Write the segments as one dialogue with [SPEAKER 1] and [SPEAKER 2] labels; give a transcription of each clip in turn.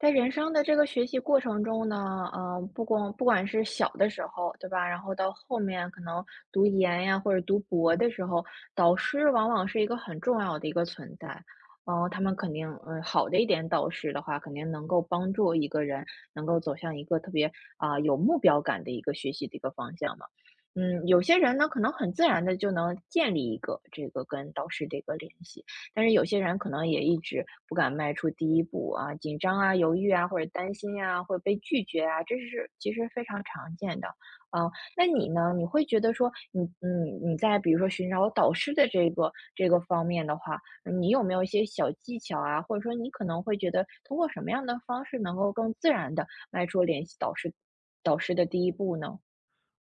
[SPEAKER 1] 在人生的这个学习过程中呢，不管是小的时候，对吧？然后到后面可能读研呀，或者读博的时候，导师往往是一个很重要的一个存在。嗯、他们肯定，嗯、好的一点导师的话，肯定能够帮助一个人能够走向一个特别有目标感的一个学习的一个方向嘛。有些人呢，可能很自然的就能建立一个这个跟导师的一个联系。但是有些人可能也一直不敢迈出第一步啊，紧张啊、犹豫啊，或者担心啊，或者被拒绝啊，这是其实非常常见的。啊，那你呢？你会觉得说你在比如说寻找导师的这个方面的话，你有没有一些小技巧啊？或者说你可能会觉得通过什么样的方式能够更自然的迈出联系导师的第一步呢？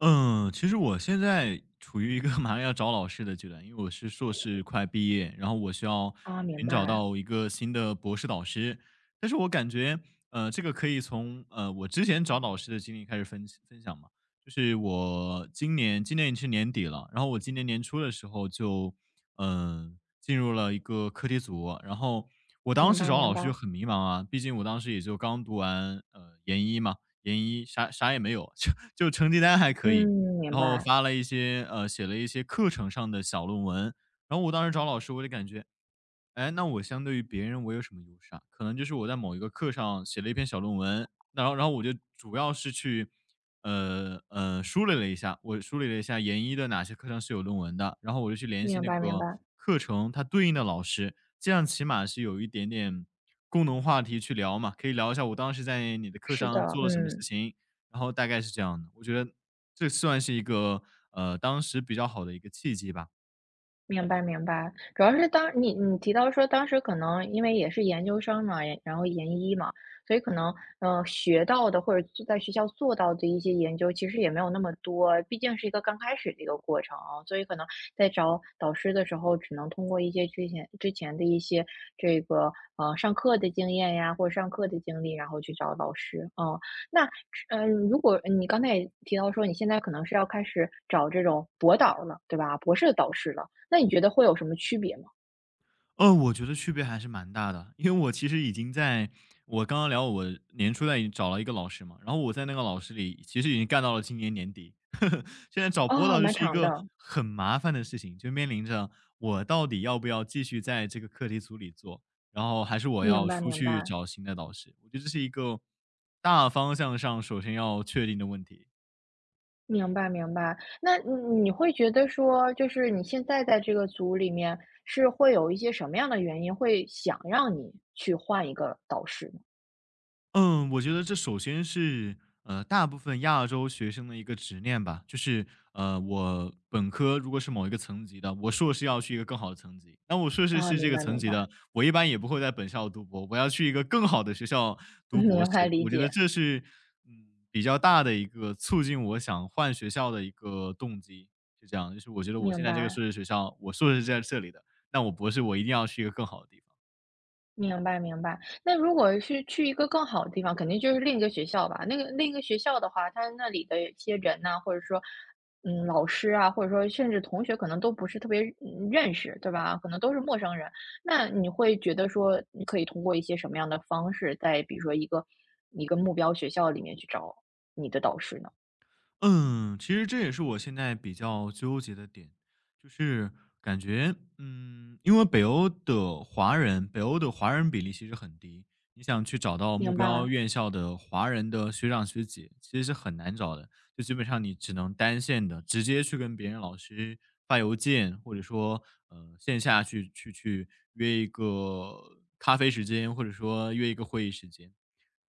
[SPEAKER 2] 嗯，其实我现在处于一个 马上要找老师的阶段，因为我是硕士快毕业，然后我需要
[SPEAKER 1] 啊，明
[SPEAKER 2] 寻找
[SPEAKER 1] 白，
[SPEAKER 2] 到一个新的博士导师。但是我感觉，这个可以从我之前找导师的经历开始分析分享嘛。就是我今年，今年已经是年底了，然后我今年年初的时候就，嗯、呃进入了一个课题组，然后我当
[SPEAKER 1] 明
[SPEAKER 2] 时
[SPEAKER 1] 白
[SPEAKER 2] 找
[SPEAKER 1] 明
[SPEAKER 2] 老师
[SPEAKER 1] 白，
[SPEAKER 2] 就很迷茫啊，毕竟我当时也就刚读完研一嘛，研一啥啥也没有，就成绩单还
[SPEAKER 1] 嗯，
[SPEAKER 2] 可以。
[SPEAKER 1] 明
[SPEAKER 2] 然后
[SPEAKER 1] 白，
[SPEAKER 2] 发了一些写了一些课程上的小论文。然后我当时找老师，我就感觉，哎，那我相对于别人我有什么优势啊？可能就是我在某一个课上写了一篇小论文，那然后我就主要是去，梳理了一下，我梳理了一下研一的哪些课上是有论文的，然后我就去联系
[SPEAKER 1] 明
[SPEAKER 2] 那
[SPEAKER 1] 白明
[SPEAKER 2] 个
[SPEAKER 1] 白，
[SPEAKER 2] 课程它对应的老师，这样起码是有一点点共同话题去聊嘛，可以聊一下我当时在你的课
[SPEAKER 1] 是
[SPEAKER 2] 上
[SPEAKER 1] 的，
[SPEAKER 2] 做了什么事
[SPEAKER 1] 嗯。
[SPEAKER 2] 情，然后大概是这样的。我觉得这算是一个，当时比较好的一个契机吧。
[SPEAKER 1] 明白明白，主要是当你提到说当时可能因为也是研究生嘛，然后研一嘛，所以可能学到的或者在学校做到的一些研究，其实也没有那么多，毕竟是一个刚开始的一个过程啊，所以可能在找导师的时候，只能通过一些之前的一些这个上课的经验呀，或者上课的经历，然后去找老师。嗯，那如果你刚才也提到说你现在可能是要开始找这种博导了，对吧？博士导师了。那你觉得会有什么区别吗？
[SPEAKER 2] 我觉得区别还是蛮大的，因为我其实已经在我刚刚聊我年初在已经找了一个老师嘛，然后我在那个老师里其实已经干到了今年年底，现在找播
[SPEAKER 1] 哦，
[SPEAKER 2] 导就
[SPEAKER 1] 蛮
[SPEAKER 2] 是一
[SPEAKER 1] 长
[SPEAKER 2] 个
[SPEAKER 1] 的，
[SPEAKER 2] 很麻烦的事情，就面临着我到底要不要继续在这个课题组里做，然后还是我
[SPEAKER 1] 明
[SPEAKER 2] 要
[SPEAKER 1] 白
[SPEAKER 2] 出
[SPEAKER 1] 明
[SPEAKER 2] 去
[SPEAKER 1] 白
[SPEAKER 2] 找新的导师。我觉得这是一个大方向上首先要确定的问题。
[SPEAKER 1] 明白明白。那你会觉得说，就是你现在在这个组里面，是会有一些什么样的原因，会想让你去换一个导师呢？
[SPEAKER 2] 嗯，我觉得这首先是大部分亚洲学生的一个执念吧，就是我本科如果是某一个层级的，我硕士要去一个更好的层级；那我硕士
[SPEAKER 1] 啊，
[SPEAKER 2] 是
[SPEAKER 1] 明
[SPEAKER 2] 这个
[SPEAKER 1] 白
[SPEAKER 2] 层
[SPEAKER 1] 明
[SPEAKER 2] 级
[SPEAKER 1] 白，
[SPEAKER 2] 的，我一般也不会在本校读博，我要去一个更好的学校 读博
[SPEAKER 1] 明白
[SPEAKER 2] 士。
[SPEAKER 1] 理
[SPEAKER 2] 我觉得
[SPEAKER 1] 解，
[SPEAKER 2] 这是嗯比较大的一个促进我想换学校的一个动机，是这样，就是我觉得我现
[SPEAKER 1] 明
[SPEAKER 2] 在这个
[SPEAKER 1] 白。
[SPEAKER 2] 硕士学校，我硕士是在这里的，那我博士我一定要去一个更好的地方。
[SPEAKER 1] 明白明白。那如果是去一个更好的地方，肯定就是另一个学校吧。那个另一个学校的话，它那里的一些人呐、或者说，老师啊，或者说甚至同学，可能都不是特别认识，对吧？可能都是陌生人。那你会觉得说，你可以通过一些什么样的方式，在比如说一个目标学校里面去找你的导师呢？
[SPEAKER 2] 嗯，其实这也是我现在比较纠结的点，就是感觉，嗯，因为北欧的华人比例其实很低，你想去找到目
[SPEAKER 1] 明白，
[SPEAKER 2] 标院校的华人的学长学姐，其实是很难找的，就基本上你只能单线的直接去跟别人老师发邮件，或者说，线下去约一个咖啡时间，或者说约一个会议时间。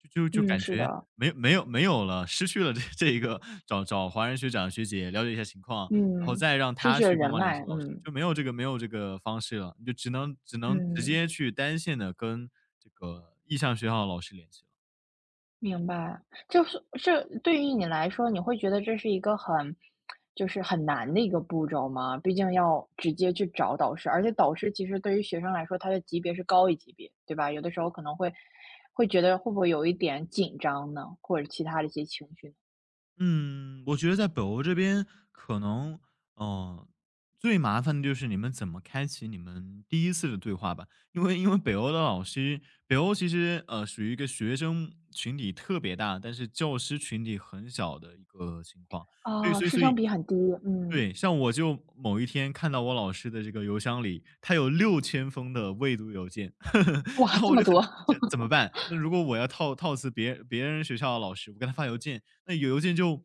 [SPEAKER 2] 就
[SPEAKER 1] 嗯，
[SPEAKER 2] 感
[SPEAKER 1] 是
[SPEAKER 2] 觉
[SPEAKER 1] 的，
[SPEAKER 2] 没有了，失去了这一个找华人学长学姐了解一下情况，然后
[SPEAKER 1] 嗯，
[SPEAKER 2] 再让
[SPEAKER 1] 失
[SPEAKER 2] 他
[SPEAKER 1] 去了
[SPEAKER 2] 去帮
[SPEAKER 1] 人
[SPEAKER 2] 忙联
[SPEAKER 1] 脉，
[SPEAKER 2] 系老师，
[SPEAKER 1] 嗯
[SPEAKER 2] 就没有这个方式了，你就只能直
[SPEAKER 1] 嗯。
[SPEAKER 2] 接去单线的跟这个意向学校的老师联系了。
[SPEAKER 1] 明白，就是这对于你来说，你会觉得这是一个就是很难的一个步骤吗？毕竟要直接去找导师，而且导师其实对于学生来说，他的级别是高一级别，对吧？有的时候可能会觉得会不会有一点紧张呢，或者其他的一些情绪呢？
[SPEAKER 2] 嗯，我觉得在北欧这边可能，呃，最麻烦的就是你们怎么开启你们第一次的对话吧。因为北欧的老师北欧其实，属于一个学生群体特别大，但是教师群体很小的一个情况。所以
[SPEAKER 1] 啊，
[SPEAKER 2] 所以
[SPEAKER 1] 师
[SPEAKER 2] 所
[SPEAKER 1] 生
[SPEAKER 2] 以
[SPEAKER 1] 比很低，嗯，
[SPEAKER 2] 对，像我就某一天看到我老师的这个邮箱里，他有6000封的未读邮件，
[SPEAKER 1] 哇，
[SPEAKER 2] 然后
[SPEAKER 1] 这
[SPEAKER 2] 我
[SPEAKER 1] 么
[SPEAKER 2] 就很
[SPEAKER 1] 多。
[SPEAKER 2] 想怎么办？那如果我要套套词别人学校的老师，我给他发邮件，那有邮件就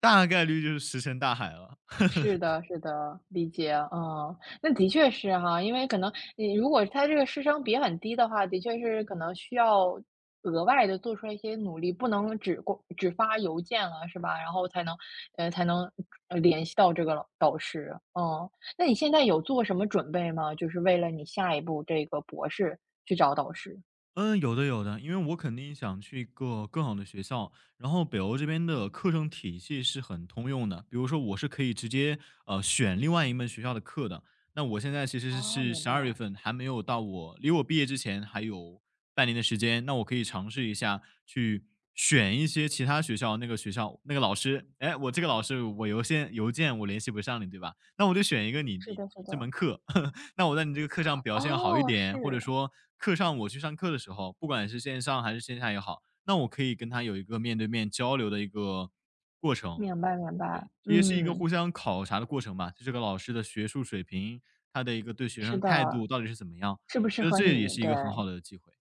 [SPEAKER 2] 大概率就是石沉大海了。
[SPEAKER 1] 是的，是的，理解，嗯，那的确是哈，因为可能你如果他这个师生比很低的话，的确是可能需要额外的做出来一些努力，不能只发邮件了，是吧？然后才能联系到这个老导师，那你现在有做什么准备吗？就是为了你下一步这个博士去找导师？
[SPEAKER 2] 嗯，有的，因为我肯定想去一个更好的学校，然后北欧这边的课程体系是很通用的，比如说我是可以直接选另外一门学校的课的。那我现在其实
[SPEAKER 1] 哦，
[SPEAKER 2] 是
[SPEAKER 1] 明
[SPEAKER 2] 十二月
[SPEAKER 1] 白，
[SPEAKER 2] 份，还没有到我毕业之前还有半年的时间，那我可以尝试一下去选一些其他学校，那个学校那个老师，哎，我这个老师我邮件我联系不上你，对吧？那我就选一个你
[SPEAKER 1] 是
[SPEAKER 2] 你你
[SPEAKER 1] 的，是
[SPEAKER 2] 这
[SPEAKER 1] 的，
[SPEAKER 2] 门课，那我在你这个课上表现好一
[SPEAKER 1] 哦，
[SPEAKER 2] 点，或者
[SPEAKER 1] 是，
[SPEAKER 2] 说课上我去上课的时候，不管是线上还是线下也好，那我可以跟他有一个面对面交流的一个过程。
[SPEAKER 1] 明白，明白，
[SPEAKER 2] 对，也是一个
[SPEAKER 1] 嗯，
[SPEAKER 2] 互相考察的过程吧，就这个老师的学术水平，他的一个对学
[SPEAKER 1] 是
[SPEAKER 2] 生
[SPEAKER 1] 的，
[SPEAKER 2] 态度到底是怎么样。
[SPEAKER 1] 适不
[SPEAKER 2] 我
[SPEAKER 1] 适
[SPEAKER 2] 觉得
[SPEAKER 1] 合
[SPEAKER 2] 这也
[SPEAKER 1] 你？
[SPEAKER 2] 是一
[SPEAKER 1] 对。
[SPEAKER 2] 个很好的机会。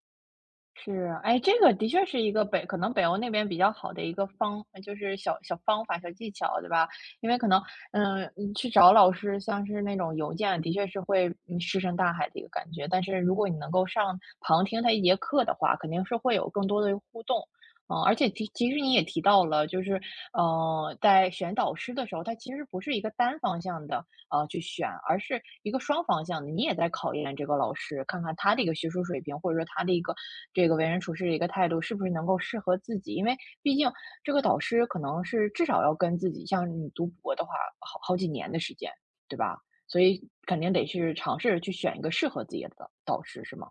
[SPEAKER 1] 是，哎，这个的确是一个可能北欧那边比较好的一个就是小方法、小技巧，对吧？因为可能，你去找老师，像是那种邮件，的确是会，石沉大海的一个感觉。但是如果你能够上旁听他一节课的话，肯定是会有更多的互动。而且其实你也提到了，就是，在选导师的时候，他其实不是一个单方向的，去选，而是一个双方向的，你也在考验这个老师，看看他的一个学术水平，或者说他的一个这个为人处事的一个态度，是不是能够适合自己。因为毕竟这个导师可能是至少要跟自己，像你读博的话，好几年的时间，对吧？所以肯定得去尝试去选一个适合自己的导师，是吗？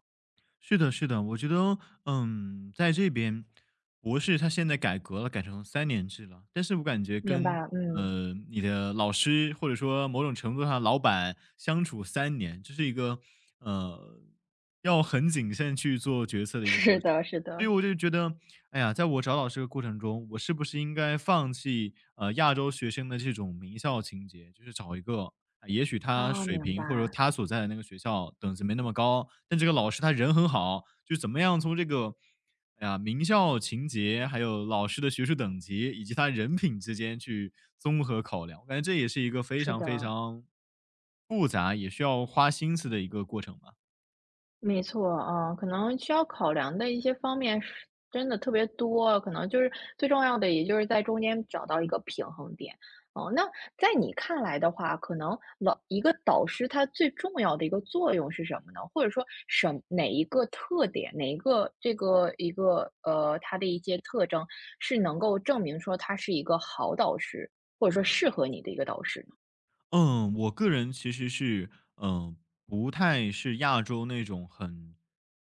[SPEAKER 2] 是的，是的，我觉得，嗯，在这边，博士他现在改革了，改成3年制了。但是我感觉
[SPEAKER 1] 明
[SPEAKER 2] 跟
[SPEAKER 1] 白，嗯，
[SPEAKER 2] 你的老师或者说某种程度上老板相处三年，这是一个呃要很谨慎去做决策 的一个
[SPEAKER 1] 是
[SPEAKER 2] 过程。
[SPEAKER 1] 的，是
[SPEAKER 2] 所以
[SPEAKER 1] 的，
[SPEAKER 2] 我就觉得，哎呀，在我找老师的过程中，我是不是应该放弃亚洲学生的这种名校情节，就是找一个啊也许他
[SPEAKER 1] 啊，
[SPEAKER 2] 水
[SPEAKER 1] 明
[SPEAKER 2] 平或者说
[SPEAKER 1] 白，
[SPEAKER 2] 他所在的那个学校等级没那么高，但这个老师他人很好，就怎么样从这个哎呀名校情节，还有老师的学术等级以及他人品之间去综合考量，我感觉这也是一个非
[SPEAKER 1] 是
[SPEAKER 2] 常非
[SPEAKER 1] 的。
[SPEAKER 2] 常复杂也需要花心思的一个过程吧。
[SPEAKER 1] 没错，啊，可能需要考量的一些方面是真的特别多，可能就是最重要的，也就是在中间找到一个平衡点。哦，那在你看来的话，可能一个导师他最重要的一个作用是什么呢？或者说哪一个特点，哪一个这个一个呃他的一些特征是能够证明说他是一个好导师，或者说适合你的一个导师呢？
[SPEAKER 2] 嗯，我个人其实是，嗯，不太是亚洲那种很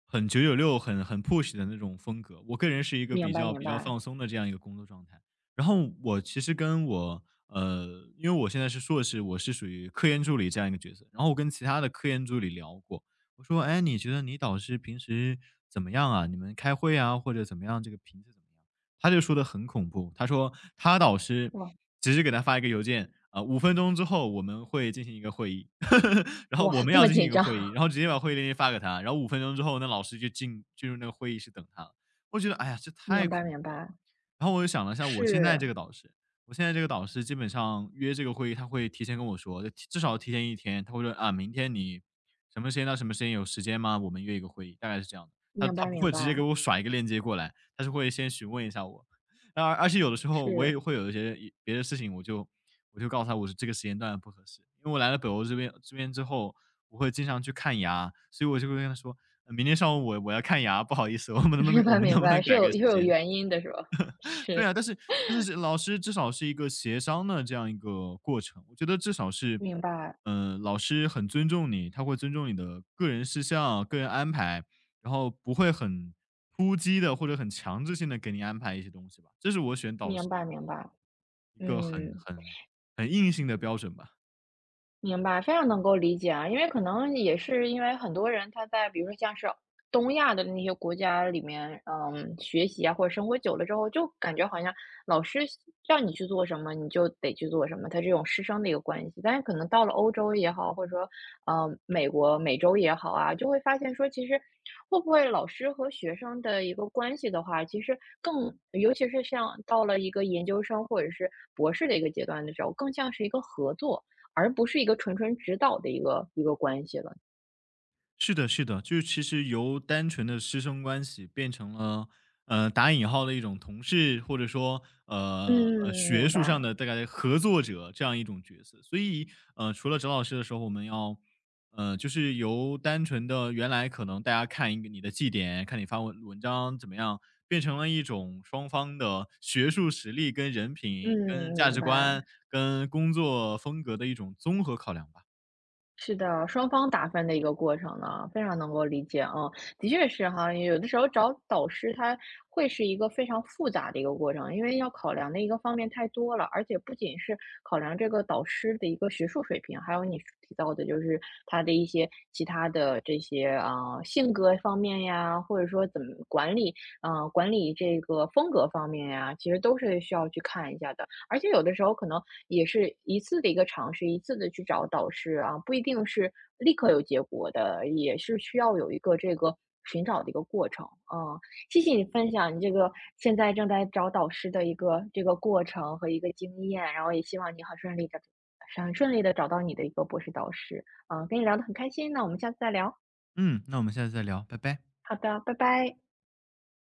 [SPEAKER 2] 很九九六、很 push 的那种风格。我个人是一个
[SPEAKER 1] 明
[SPEAKER 2] 比
[SPEAKER 1] 白，
[SPEAKER 2] 较
[SPEAKER 1] 明
[SPEAKER 2] 比较
[SPEAKER 1] 白。
[SPEAKER 2] 放松的这样一个工作状态。然后我其实跟我因为我现在是硕士，我是属于科研助理这样一个角色。然后我跟其他的科研助理聊过，我说：“哎，你觉得你导师平时怎么样啊？你们开会啊，或者怎么样，这个频次怎么样啊？”他就说的很恐怖，他说他导师
[SPEAKER 1] 哇
[SPEAKER 2] 只是给他发一个邮件，啊五分钟之后我们会进行一个会议，然后
[SPEAKER 1] 哇，
[SPEAKER 2] 我们
[SPEAKER 1] 这
[SPEAKER 2] 要
[SPEAKER 1] 么
[SPEAKER 2] 进行
[SPEAKER 1] 紧
[SPEAKER 2] 一个
[SPEAKER 1] 张，
[SPEAKER 2] 会议，然后直接把会议链接发给他，然后五分钟之后，那老师就进入那个会议室等他了。我觉得，哎呀，这 太
[SPEAKER 1] 明白
[SPEAKER 2] 恐
[SPEAKER 1] 明
[SPEAKER 2] 怖了。
[SPEAKER 1] 白，
[SPEAKER 2] 然后我又想了一下，我现在
[SPEAKER 1] 是。
[SPEAKER 2] 这个导师，我现在这个导师基本上约这个会议，他会提前跟我说，就至少提前一天，他会说啊，明天你什么时间到什么时间有时间吗？我们约一个会议，大概是这样的。他
[SPEAKER 1] 明
[SPEAKER 2] 他
[SPEAKER 1] 白
[SPEAKER 2] 不
[SPEAKER 1] 明
[SPEAKER 2] 会直接给
[SPEAKER 1] 白，
[SPEAKER 2] 我甩一个链接过来，他是会先询问一下我。而且有的时候我
[SPEAKER 1] 是
[SPEAKER 2] 也会有一些别的事情，我就告诉他我是这个时间段不合适，因为我来了北欧这边之后，我会经常去看牙，所以我就会跟他说，明天上午我要看牙，不好意思，我们 能不
[SPEAKER 1] 明
[SPEAKER 2] 能我
[SPEAKER 1] 白
[SPEAKER 2] 们
[SPEAKER 1] 明
[SPEAKER 2] 能不
[SPEAKER 1] 白，
[SPEAKER 2] 能
[SPEAKER 1] 是
[SPEAKER 2] 改
[SPEAKER 1] 有
[SPEAKER 2] 个
[SPEAKER 1] 是
[SPEAKER 2] 时
[SPEAKER 1] 有
[SPEAKER 2] 间？
[SPEAKER 1] 原因的是吧？
[SPEAKER 2] 对
[SPEAKER 1] 是，
[SPEAKER 2] 啊，但是老师至少是一个协商的这样一个过程，我觉得至少是，
[SPEAKER 1] 明白，
[SPEAKER 2] 嗯，老师很尊重你，他会尊重你的个人事项、个人安排，然后不会很突击的或者很强制性的给你安排一些东西吧，这是我选导
[SPEAKER 1] 明
[SPEAKER 2] 师
[SPEAKER 1] 白明白，
[SPEAKER 2] 一个很
[SPEAKER 1] 嗯。
[SPEAKER 2] 很很硬性的标准吧。
[SPEAKER 1] 明白，非常能够理解啊，因为可能也是因为很多人他在比如说像是东亚的那些国家里面，学习啊或者生活久了之后，就感觉好像老师让你去做什么，你就得去做什么，他这种师生的一个关系。但是可能到了欧洲也好，或者说美国、美洲也好啊，就会发现说，其实会不会老师和学生的一个关系的话，其实尤其是像到了一个研究生或者是博士的一个阶段的时候，更像是一个合作。而不是一个纯指导的一个关系了。
[SPEAKER 2] 是的，是的，就是其实由单纯的师生关系变成了，打引号的一种同事，或者说，
[SPEAKER 1] 嗯，
[SPEAKER 2] 学
[SPEAKER 1] 明
[SPEAKER 2] 术上
[SPEAKER 1] 白，
[SPEAKER 2] 的大概合作者这样一种角色。所以，除了找老师的时候，我们要，就是由单纯的原来可能大家看一个你的绩点，看你发文文章怎么样，变成了一种双方的学术实力、跟人品、跟
[SPEAKER 1] 嗯，
[SPEAKER 2] 价
[SPEAKER 1] 明
[SPEAKER 2] 值观、
[SPEAKER 1] 白。
[SPEAKER 2] 跟工作风格的一种综合考量吧。
[SPEAKER 1] 是的，双方打分的一个过程呢，非常能够理解啊，的确是哈，有的时候找导师他会是一个非常复杂的一个过程，因为要考量的一个方面太多了，而且不仅是考量这个导师的一个学术水平，还有你提到的就是他的一些其他的这些啊、性格方面呀，或者说怎么管理，啊管理这个风格方面呀，其实都是需要去看一下的。而且有的时候可能也是一次的一个尝试，一次的去找导师啊，不一定是立刻有结果的，也是需要有一个这个寻找的一个过程。嗯，谢谢你分享你这个现在正在找导师的一个这个过程和一个经验，然后也希望你很顺利的、很顺利的找到你的一个博士导师。啊。跟你聊得很开心，那我们下次再聊。
[SPEAKER 2] 嗯，那我们下次再聊，拜拜。
[SPEAKER 1] 好的，拜拜。